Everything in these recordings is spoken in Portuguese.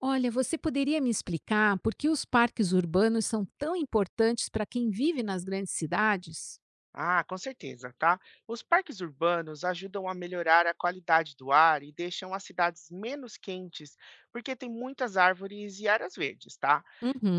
Olha, você poderia me explicar por que os parques urbanos são tão importantes para quem vive nas grandes cidades? Ah, com certeza, tá? Os parques urbanos ajudam a melhorar a qualidade do ar e deixam as cidades menos quentes, porque tem muitas árvores e áreas verdes, tá?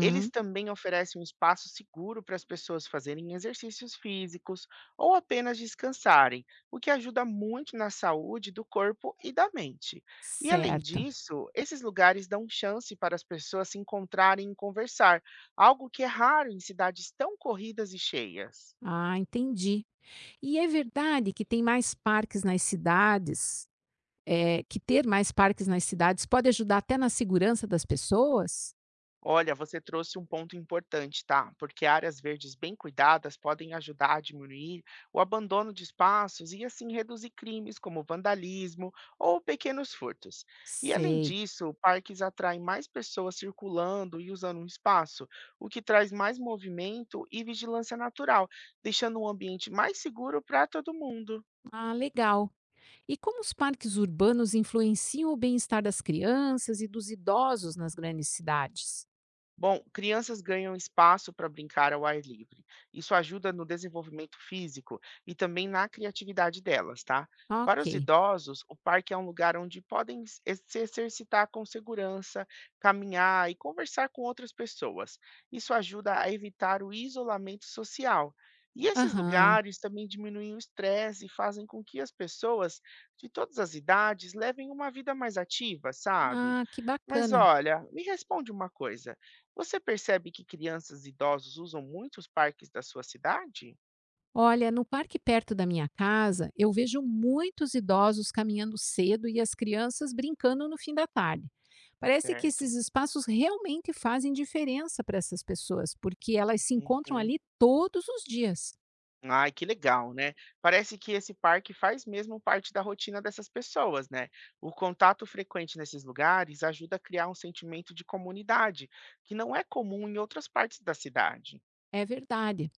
Eles também oferecem um espaço seguro para as pessoas fazerem exercícios físicos ou apenas descansarem, o que ajuda muito na saúde do corpo e da mente. E além Certo. disso, esses lugares dão chance para as pessoas se encontrarem e conversar, algo que é raro em cidades tão corridas e cheias. Ah, entendi. E é verdade que tem mais parques nas cidades, que ter mais parques nas cidades pode ajudar até na segurança das pessoas? Olha, você trouxe um ponto importante, tá? Porque áreas verdes bem cuidadas podem ajudar a diminuir o abandono de espaços e assim reduzir crimes como vandalismo ou pequenos furtos. E além Sei. disso, parques atraem mais pessoas circulando e usando o espaço, o que traz mais movimento e vigilância natural, deixando um ambiente mais seguro para todo mundo. Ah, legal. E como os parques urbanos influenciam o bem-estar das crianças e dos idosos nas grandes cidades? Bom, crianças ganham espaço para brincar ao ar livre. Isso ajuda no desenvolvimento físico e também na criatividade delas, tá? Para os Ok. idosos, o parque é um lugar onde podem se exercitar com segurança, caminhar e conversar com outras pessoas. Isso ajuda a evitar o isolamento social. E esses Aham. lugares também diminuem o estresse e fazem com que as pessoas de todas as idades levem uma vida mais ativa, sabe? Ah, que Mas bacana. olha, me responde uma coisa. Você percebe que crianças e idosos usam muitos parques da sua cidade? Olha, no parque perto da minha casa, eu vejo muitos idosos caminhando cedo e as crianças brincando no fim da tarde. Parece que esses Certo. espaços realmente fazem diferença para essas pessoas, porque elas se encontram Uhum. ali todos os dias. Ai, que legal, né? Parece que esse parque faz mesmo parte da rotina dessas pessoas, né? O contato frequente nesses lugares ajuda a criar um sentimento de comunidade, que não é comum em outras partes da cidade. É verdade.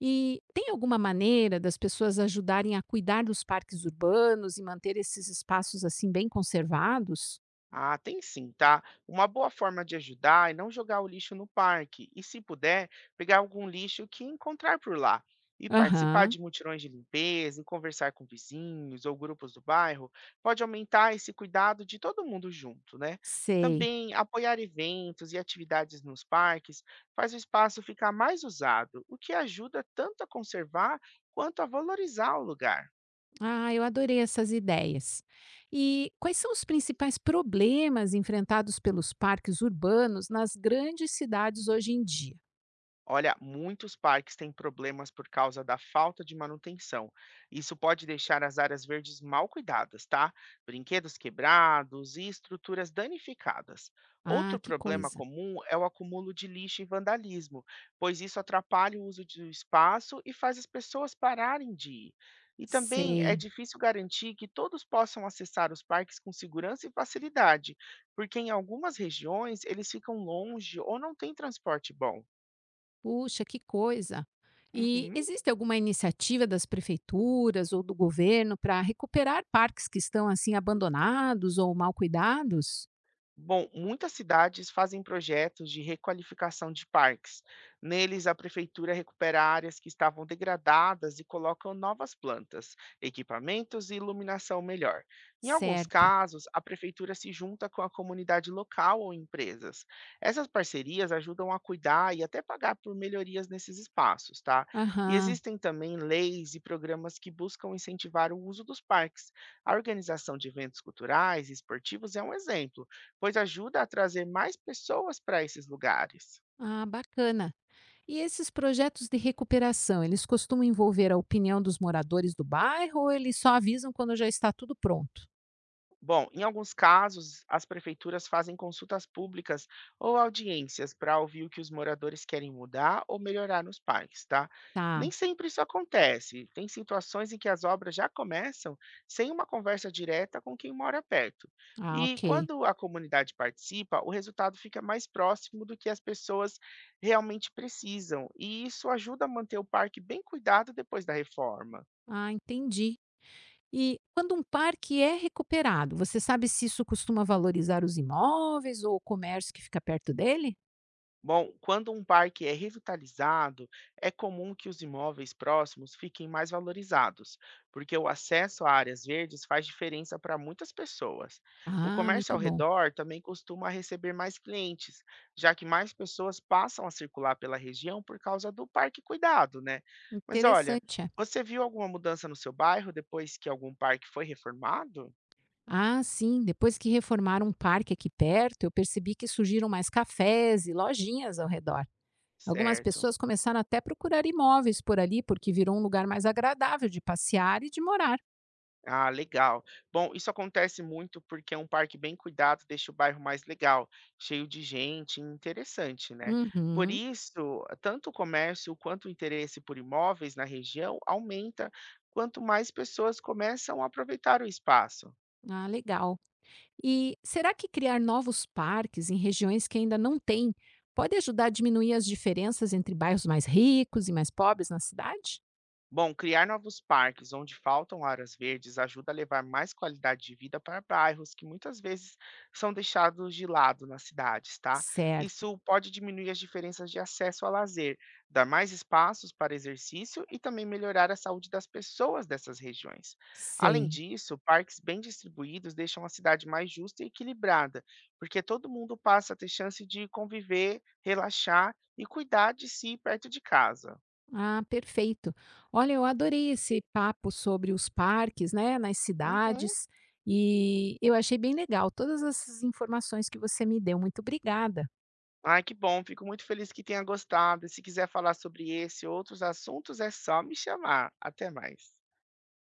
E tem alguma maneira das pessoas ajudarem a cuidar dos parques urbanos e manter esses espaços assim bem conservados? Ah, tem sim, tá? Uma boa forma de ajudar é não jogar o lixo no parque e, se puder, pegar algum lixo que encontrar por lá. E participar Aham, de mutirões de limpeza e conversar com vizinhos ou grupos do bairro pode aumentar esse cuidado de todo mundo junto, né? sei. Também apoiar eventos e atividades nos parques faz o espaço ficar mais usado, o que ajuda tanto a conservar quanto a valorizar o lugar. Ah, eu adorei essas ideias. E quais são os principais problemas enfrentados pelos parques urbanos nas grandes cidades hoje em dia? Olha, muitos parques têm problemas por causa da falta de manutenção. Isso pode deixar as áreas verdes mal cuidadas, tá? Brinquedos quebrados e estruturas danificadas. Ah, Outro que problema coisa. comum é o acúmulo de lixo e vandalismo, pois isso atrapalha o uso do espaço e faz as pessoas pararem de ir. E também é Sei. difícil garantir que todos possam acessar os parques com segurança e facilidade, porque em algumas regiões eles ficam longe ou não têm transporte bom. Puxa, que coisa. E Uhum. existe alguma iniciativa das prefeituras ou do governo para recuperar parques que estão assim abandonados ou mal cuidados? Bom, muitas cidades fazem projetos de requalificação de parques. Neles, a prefeitura recupera áreas que estavam degradadas e colocam novas plantas, equipamentos e iluminação melhor. Em alguns Certo. casos, a prefeitura se junta com a comunidade local ou empresas. Essas parcerias ajudam a cuidar e até pagar por melhorias nesses espaços, tá? E Aham. existem também leis e programas que buscam incentivar o uso dos parques. A organização de eventos culturais e esportivos é um exemplo pois ajuda a trazer mais pessoas para esses lugares. Ah, bacana. E esses projetos de recuperação, eles costumam envolver a opinião dos moradores do bairro ou eles só avisam quando já está tudo pronto? Bom, em alguns casos, as prefeituras fazem consultas públicas ou audiências para ouvir o que os moradores querem mudar ou melhorar nos parques, tá? Tá. Nem sempre isso acontece. Tem situações em que as obras já começam sem uma conversa direta com quem mora perto. Ah, E ok. quando a comunidade participa, o resultado fica mais próximo do que as pessoas realmente precisam. E isso ajuda a manter o parque bem cuidado depois da reforma. Ah, entendi. E quando um parque é recuperado, você sabe se isso costuma valorizar os imóveis ou o comércio que fica perto dele? Bom, quando um parque é revitalizado, é comum que os imóveis próximos fiquem mais valorizados, porque o acesso a áreas verdes faz diferença para muitas pessoas. O Ah, comércio muito ao bom. redor também costuma receber mais clientes, já que mais pessoas passam a circular pela região por causa do parque cuidado, né? Mas olha, Interessante. É. você viu alguma mudança no seu bairro depois que algum parque foi reformado? Ah, sim. Depois que reformaram um parque aqui perto, eu percebi que surgiram mais cafés e lojinhas ao redor. Algumas Certo. pessoas começaram até a procurar imóveis por ali, porque virou um lugar mais agradável de passear e de morar. Ah, legal. Bom, isso acontece muito porque é um parque bem cuidado deixa o bairro mais legal, cheio de gente, e interessante, né? Por Uhum. isso, tanto o comércio quanto o interesse por imóveis na região aumenta quanto mais pessoas começam a aproveitar o espaço. Ah, legal. E será que criar novos parques em regiões que ainda não têm pode ajudar a diminuir as diferenças entre bairros mais ricos e mais pobres na cidade? Bom, criar novos parques onde faltam áreas verdes ajuda a levar mais qualidade de vida para bairros que muitas vezes são deixados de lado nas cidades, tá? Certo, Isso pode diminuir as diferenças de acesso ao lazer, dar mais espaços para exercício e também melhorar a saúde das pessoas dessas regiões. Além sei. disso, parques bem distribuídos deixam a cidade mais justa e equilibrada, porque todo mundo passa a ter chance de conviver, relaxar e cuidar de si perto de casa. Ah, perfeito. Olha, eu adorei esse papo sobre os parques, né, nas Uhum. cidades, e eu achei bem legal todas essas informações que você me deu. Muito obrigada. Ai, que bom, fico muito feliz que tenha gostado. E se quiser falar sobre esse e outros assuntos, é só me chamar. Até mais.